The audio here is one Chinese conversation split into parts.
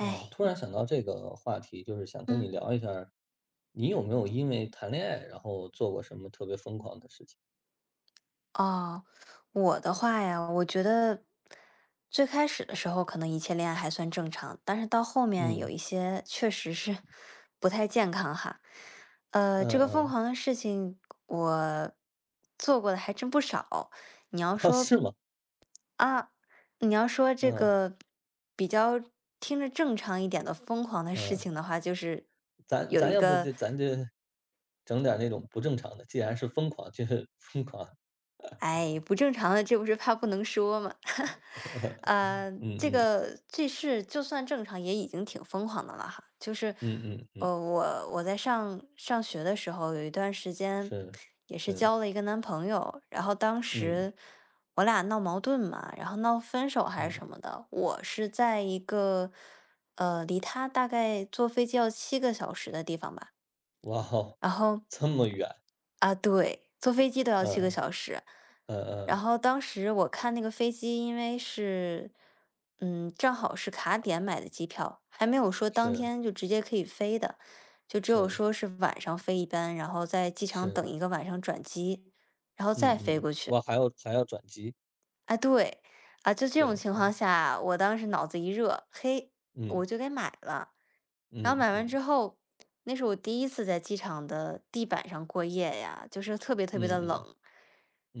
突然想到这个话题，就是想跟你嗯，聊一下儿。你有没有因为谈恋爱，然后做过什么特别疯狂的事情？哦，我的话呀，我觉得最开始的时候可能一切恋爱还算正常，但是到后面有嗯，一些确实是不太健康哈。嗯这个疯嗯，狂的事情我做过的还真不少。你要 哦，说是吗？啊，你要说这嗯个比较听着正常一点的疯狂的事嗯，情的话，就是咱有咱一要不个就咱就整点儿那种不正常的，既然是疯狂，就 是疯狂。哎，不正常的，这不是怕不能说吗？嗯嗯这事就算正常，也已经挺疯狂的了哈。就是，嗯嗯嗯，我在上学的时候，有一段时间是也是是，交了一个男朋友，然后当嗯时我俩闹矛盾嘛，然后闹分手还是嗯，什么的。我是在一个离他大概坐飞机要七个小时的地方吧，哇哦，然后。这么远。啊，对，坐飞机都要七个嗯小时。嗯然嗯，后当时我看那个飞机，因为是，正好是卡点买的机票，还没有说当是天就直接可以飞的，就只有是说是晚上飞一班，然后在机场等是，一个晚上转机，然后再嗯飞嗯，过去。哇，还要转机。啊，对，啊，就这种对，情况嗯下，我当时脑子一热，嘿，嗯我就给买了。然后嗯买完嗯之后，那是我第一次在机场的地板上过夜呀，就是特别特别的嗯嗯冷，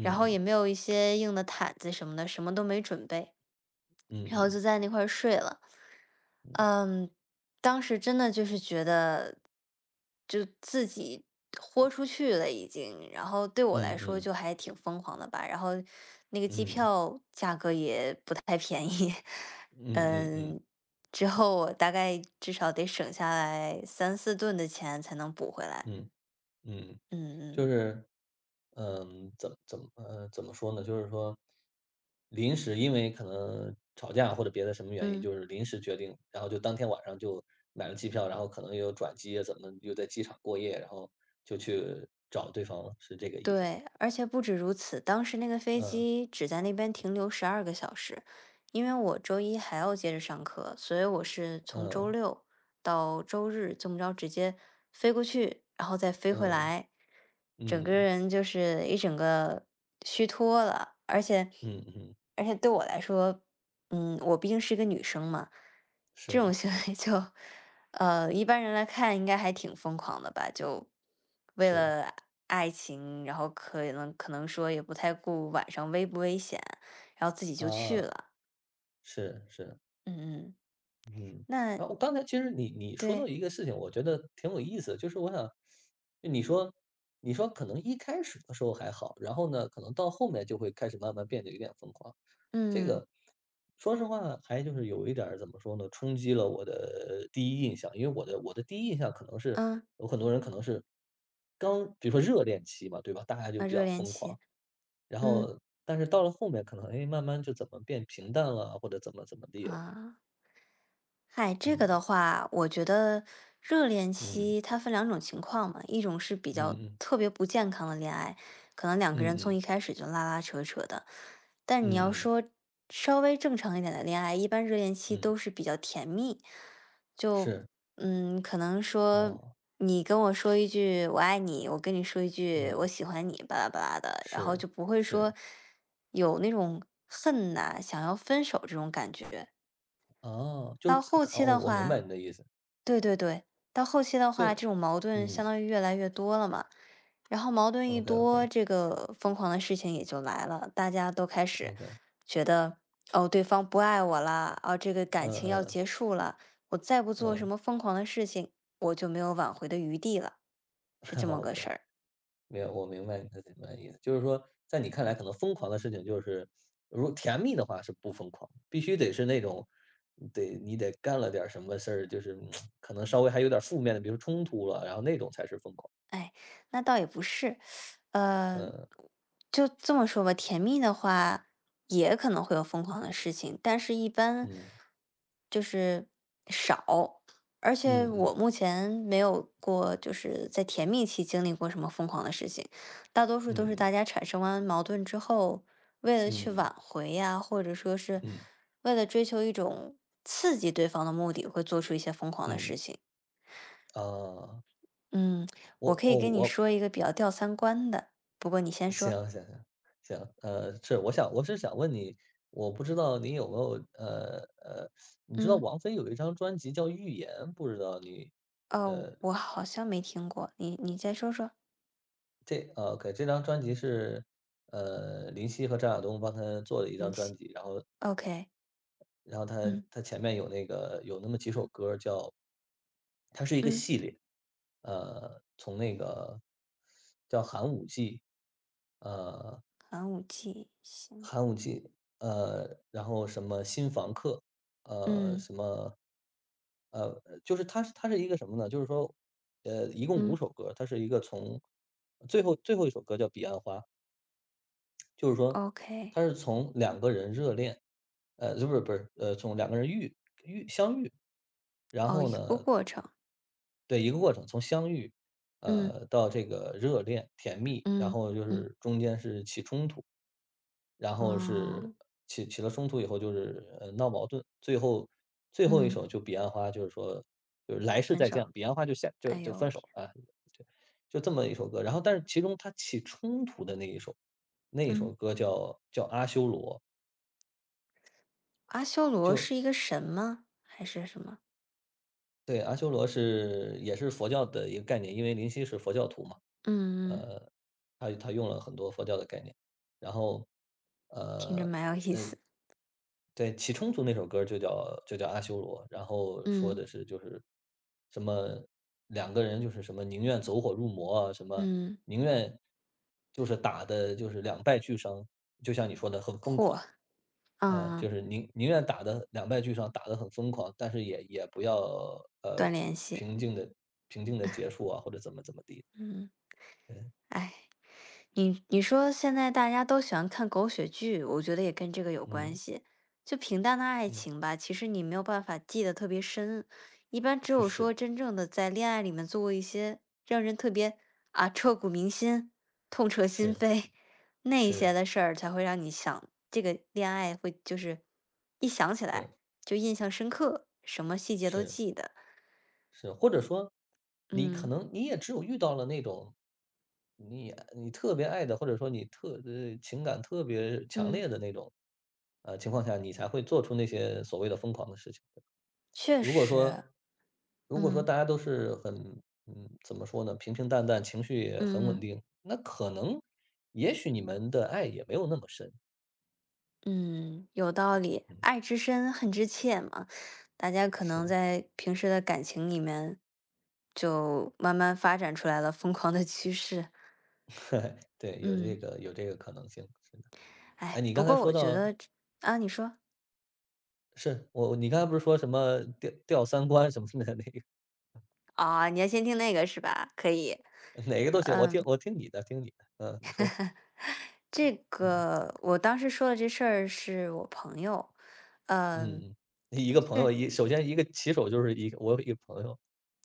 然后也没有一些硬的毯子什么的，什么都没准备，嗯然后嗯就在那块儿睡了。嗯，当时真的就是觉得，就自己豁出去了已经，然后对我来说嗯就还挺疯狂的吧。然后那个机嗯嗯票价格也不太便宜，嗯嗯嗯，之后我大概至少得省下来三四顿的钱才能补回来。嗯嗯，嗯就嗯是，嗯，怎么说呢？就是说，临时因为可能吵架或者别的什么原因，嗯。就是临时决定，然后就当天晚上就买了机票，然后可能又转机啊怎么又在机场过夜，然后就去找对方了，是这个意思吧？对，而且不止如此，当时那个飞嗯机只在那边停留12个小时，因为我周一还要接着上课，所以我是从周嗯六到周日这么着直接飞过去，然后再飞回嗯来，整个嗯人就是一整个虚脱了，而且嗯嗯，嗯而且对我来说，我毕竟是一个女生嘛，这种是行为 就一般人来看应该还挺疯狂的吧，就为是了爱情，然后可能说也不太顾晚上危不危险，然后自己就去啊，了。是是。嗯嗯，嗯，那然后刚才其实你说到对，一个事情，我觉得挺有意思的就是我想，就你说可能一开始的时候还好，然后呢，可能到后面就会开始慢慢变得有点疯狂。这嗯个说实话，还就是有一点儿怎么说呢，冲击了我的第一印象，因为我的第一印象可能是嗯有很多人可能是刚比如说热恋期嘛，对吧？大家就啊，比热较恋疯期，狂，然嗯后但是到了后面可能哎，慢慢就怎么变平淡了，或者怎么怎么地了。啊。嗨，这个嗯的话，我觉得热恋嗯。期它分两种情况嘛，一种是比较嗯嗯。特别不健康的恋爱，可能两个嗯人从嗯一开始就拉拉扯扯的。但你要嗯嗯说稍微正常一点的恋爱，一般热恋期嗯，都是比较甜蜜，就是，可能说哦，你跟我说一句“我爱你”，我跟你说一句“我嗯，喜欢你”，巴拉巴拉的，然后是就不会说是，有那种恨呐、想要分手这种感觉。哦，就到是自后哦，期的我明话，白你的意思。对对对，到后期的就话，这种矛盾相嗯当于越来越多了嘛。然后矛盾一，OK OK 多，这个疯狂的事情也就来了，大家都开始 OK，觉得，哦，对方不爱我了，哦，这个感嗯情要嗯结束了，我再不做什嗯 么疯狂的事情，我就没有挽回的余地了，是这 么个，OK，好事儿。没有，我明白你的意思，就是说，在你看来，可能疯狂的事情就是，如果甜蜜的话是不疯狂，必须得是那种，得你得干了点儿什么事儿，就是嗯可能稍微还有点儿负面的，比如冲突了，然后那种才是疯狂。哎，那倒也不是，呃，就这么说吧，甜蜜的话也可能会有疯狂的事情，但是一般嗯就是少，而且嗯嗯我嗯目前没有过就是在甜蜜期经历过什么疯狂的事情，大多数都是嗯大家产生完矛盾之后，为了去嗯挽回呀，或者说是嗯。为了追求一种刺激对方的目的，会做出一些疯狂的嗯，事情。啊，嗯，我我可以哦，跟你我说一个比较吊三观的，不过你先行说。行行行，呃，是，我想问你，我不知道你有没有，你知道嗯，王菲有一张专辑叫《预言》，不知道你哦，我好像没听过，你再说说。这张专辑是，呃，林夕和张亚东帮他做的一你张专先 辑。然后 OK，然后他嗯他前面有那么几首歌儿叫，它是一个嗯，系列。呃，从那个叫寒武纪，呃，寒武纪行，动机，呃，然后什么新房客，呃，嗯什么，呃，就是它是一个什么呢？就是说，呃，一共五嗯首歌，它是一个从最后一首歌叫《彼岸花》。就是说，，OK，他是从两个人热恋，呃，不是不是，呃，从两个人相遇，然哦，后一个呢过程，对，一个过程，从相遇，嗯呃，到这个热恋、甜蜜，然嗯后就嗯是中间是起冲突。然后是哦，起了冲突以后就是呃闹矛盾。最后一嗯，首就《彼岸花》，就是说就是来世分再手。见，《彼岸花》就下就哎就呦我分手天，了啊，就就这么一首歌。然后但是其中它起冲突的那一首，那嗯，首歌叫《阿修罗》。阿修罗是一个神吗？还是什么？对，《阿修罗》是也是佛教的一个概念，因为林夕是佛教徒嘛，嗯嗯，呃，他用了很多佛教的概念。然后，听着呃，蛮有意思。对，《起冲突》那首歌就叫《阿修罗》，然后说嗯的是就是什么两个人就是什么宁愿走火入魔啊，什么嗯，宁愿就是打的就是两败俱伤，就像你说的很疯狂。嚯，嗯，呃，就是宁愿打的两败俱伤，打得很疯狂，但是也不要呃断联系，平静的平静的结束啊，或者怎么怎么地。嗯。对，哎，你说现在大家都喜欢看狗血剧，我觉得也跟这个有关嗯系。就平淡的爱嗯，情吧，其实你没有办法记得特别深，一般只这有说是真正的在恋爱里面做过一些让人特别啊彻骨铭心、痛彻心是扉那一些是的事儿，才会让你想这个恋爱会就是一想起来是就印象深刻，什么细节都是记得。是，或者说你可嗯能你只有遇到了那种你特别爱的，或者说情感特别强嗯，烈的那种呃情况下，你才会做出那些所谓的疯狂的事情。确如果实，说如果说大家都是很嗯，怎么说呢，平平淡淡，情绪也很嗯嗯稳嗯。定，那可能也许你们的爱也没有那么深。嗯，有道理，嗯，爱之深，恨之切嘛。大家可能是，在平时的感情里面，就慢慢发展出来了疯狂的趋势。对，有这嗯，个有这个可能性，是的。哎，哎，你不刚才过说我觉到得啊，你说是，你刚才不是说什么掉三观什么的 那个，啊，你要先听那个是吧？可以。哪个都行，我听你的，听你的，嗯，你说，这嗯个我当时说的这事儿是我朋友，嗯，嗯嗯，一个朋友，首先一个起手就是一个我有一个朋友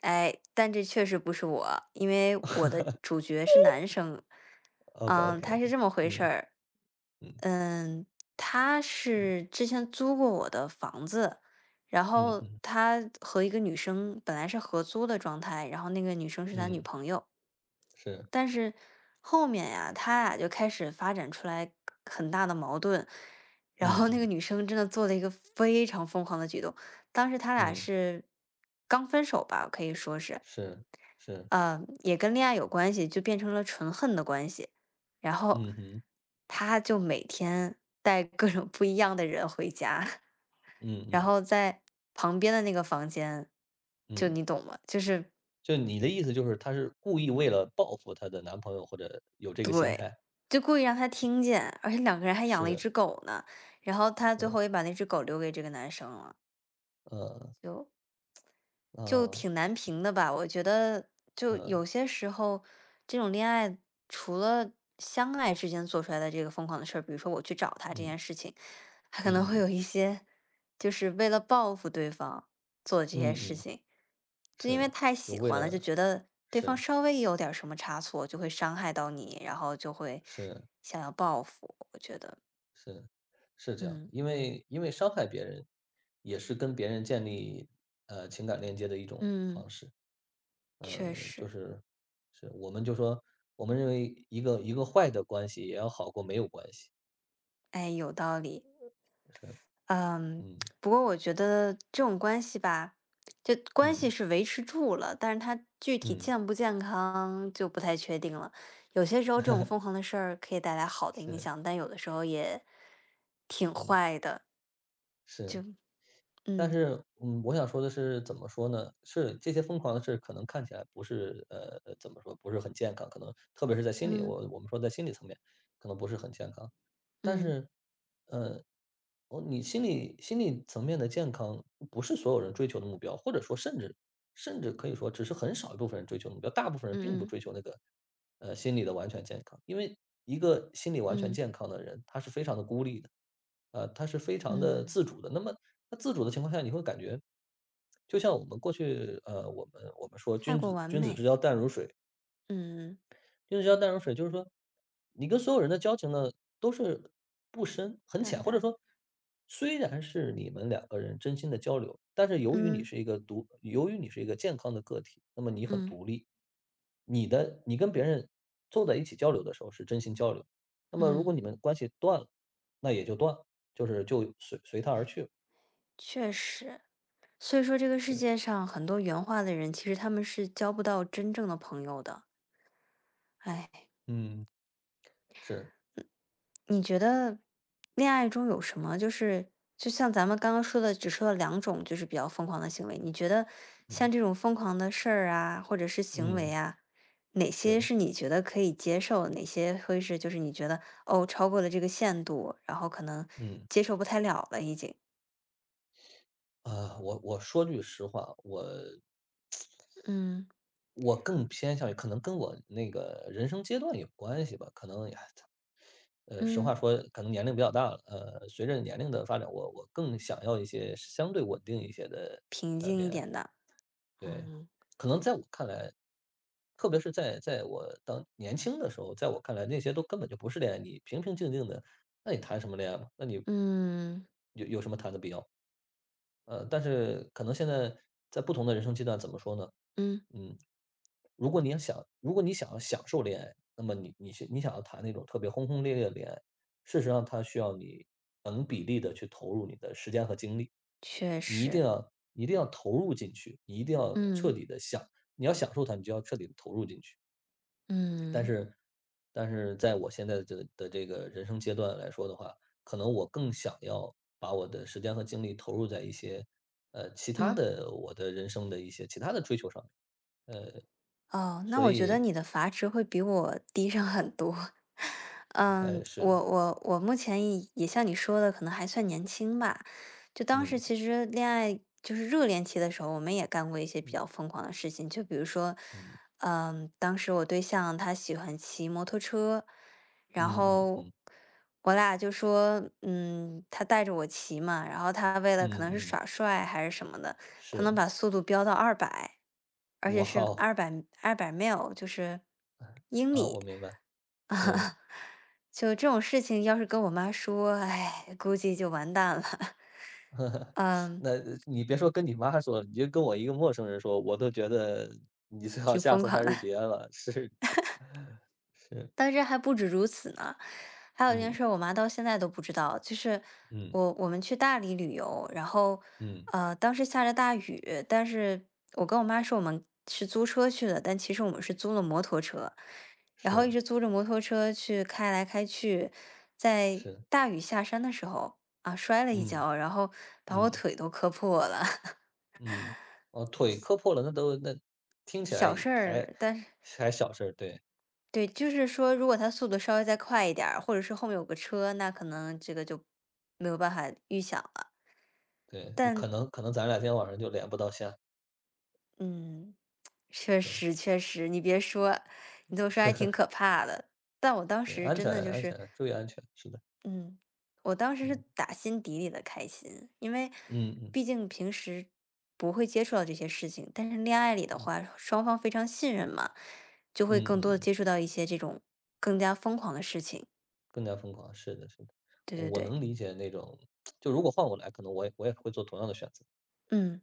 哎，但这确实不是我，因为我的主角是男生。，OK OK 他是 OK，这么回事嗯儿。嗯嗯，他是之前租过我的房子，然嗯后嗯他和一个女生本来是合租的状态，然后那个女生是他女嗯，朋友。是。但是后面呀，他俩就开始发展出来很大的矛盾，然嗯后那个嗯女生真的做了一个非常疯狂的举动。当时他俩嗯，是刚分手吧，可以说是，是是，也跟恋爱有关系，就变成了纯恨的关系。然后嗯哼，他就每天带各种不一样的人回家，嗯然嗯后在旁边的那个房间，就嗯，你懂吗？就是就你的意思就是她是故意为了报复她的男朋友，或者有这个心对，态，就故意让他听见，而且两个人还养了一是只狗呢。然后他最是，后也把那只狗留给这个男生了，呃就就呃挺难评的吧。我觉得就呃，有些时候，这种恋爱除了相爱之间做出来的这个疯狂的事儿，比如说我去找他这嗯件事情，他可嗯能会嗯有一些就是为了报复对方做的这些嗯事嗯，情，就因为是，太就喜为欢了，就了觉得对方是稍微有点儿什么差错就会伤害到你，然后就会是想要报复。我觉得，是是这样，嗯因为伤害别人也是跟别人建立呃情感链接的一种嗯，嗯方式。确呃，实，我们就说，我们认为一个坏的关系也要好过没有关系。哎，有道理。是，嗯，嗯不过我觉得这种关系吧，就关系嗯是维持住了，但是它具体嗯，健不健康就不太确定了。有些时候这种疯狂的事儿可以带来好的影是，响，但有的时候也挺嗯坏的。就是。但嗯是，嗯，我想说的是怎么说呢？是这些疯狂的事可能看起来不是，呃，怎么说，不是很健康，可能特别是在心理，嗯我们说在心理层面可能不是很健康。但嗯是，呃，哦，你心理层面的健康不是所有人追求的目标，或者说甚至可以说只是很少一部分人追求的目标，大部分人并不嗯嗯追求那个，呃，心理的完全健康。因为一个心理完全嗯健康的人，他是非常的孤立的，呃，他是非常的嗯，自主的。那么那自主的情况下，你会感觉，就像我们过去，呃，我们说太君过子完君子之美，交淡如水，嗯，君子之交淡如水，就是说，你跟所有人的交情呢都是不深很淡浅，或者淡，说，虽然是你们两个人真心的交流，但是嗯由于你是一个健康的个体，那么你很嗯独立，你跟别人坐在一起交流的时候是真心交流。那么如果嗯，你们关系断了，那也就断了，就是就随他而去了。确实。所以说，这个世是，界上很多圆滑的人，其实他们是交不到真正的朋友的。哎，嗯。是，你觉得恋爱中有什么就像咱们刚刚说的，只说了两种就是比较疯狂的行为，你觉得像嗯这种疯狂的事儿啊，或者是行为嗯，啊，哪些是，是你觉得可以接受，哪些会是就是你觉得哦超过了这个限度，然后可能嗯接受不太了了已经？啊，我说句实话，我嗯我更偏向于可能跟我那个人生阶段有关系吧，可能呀，呃，实话嗯，说，可能年龄比较大了，呃，随着年龄的发展，我更想要一些相对稳定一些的平呃静一恋爱。点的，对，嗯可能在我看来，特别是在我当年轻的时候，在我看来那些都根本就不是恋爱，你平平静静的，那你谈什么恋爱嘛？那你嗯有什么谈的必要？呃，但是可能现在在不同的人生阶段，怎么说呢？嗯，嗯，如果你想要享受恋爱，那么你想要谈那种特别轰轰烈烈的恋爱。事实上它需要你等比例的去投入你的时间和精力，确实，你一定要投入进去。嗯你要享受它，你就要彻底的投入进去。但嗯是但是在我现在的这个人生阶段来说的话，可能我更想要把我的时间和精力投入在一些，呃，其他嗯。的我的人生的一些其他的追求上面。呃，哦，那所我觉得以，你的阀值会比我低上很多。嗯，哎，是我的，我我目前也像你说的，可能还算年轻吧。就当时嗯其实恋爱就是热恋期的时候，我们也干过一些比嗯较疯狂的事情，就比如说，嗯当时我对象他喜欢骑摩托车，然嗯嗯后嗯我俩就说，他带着我骑嘛，然后他为了可嗯能是嗯，耍帅还是什么的。它能是，把速度飙到二百，而且哇是哦，二百 mile，就是英啊，里。我明白，是。就这种事情要是跟我妈说，哎，估计就完蛋了，嗯，那你别说跟你妈说，你就跟我一个陌生人说，我都觉得你最好挺下疯次狂还的。是别了，是是，但是还不止如此呢，还有一件嗯。事儿我妈到现在都不知道，就是嗯我们去大理旅游，然后嗯，当时下着大雨，但是我跟我妈说我们是租车去的，但其实我们是租了摩托车，然后一是直租着摩托车去开来开去，在是，大雨下山的时候啊摔了一嗯跤，然后把我嗯腿都磕破了，嗯，哦，腿磕破了，那听 起来小事还儿，但是小事儿，对对，就是说，如果他速度稍微再快一点儿，或者是后面有个车，那可能这个就没有办法预想了。对，可但能可能咱俩今天晚上就连不到线，嗯，确是，实确实，你别说，你这么说还挺可怕的。但我当对，时安真全的就安是，全，注意安全，是的，嗯，我当时是嗯打心底里的开心，因为嗯嗯毕竟平时不会接触到这些事情，但是恋爱里的话，嗯双方非常信任嘛，就会嗯更多的嗯，接触到一些这种更加疯狂的事情。更加疯狂，是的是的，对对我对，能理解那种，就如果换我来，可能我也会做同样的选择。嗯。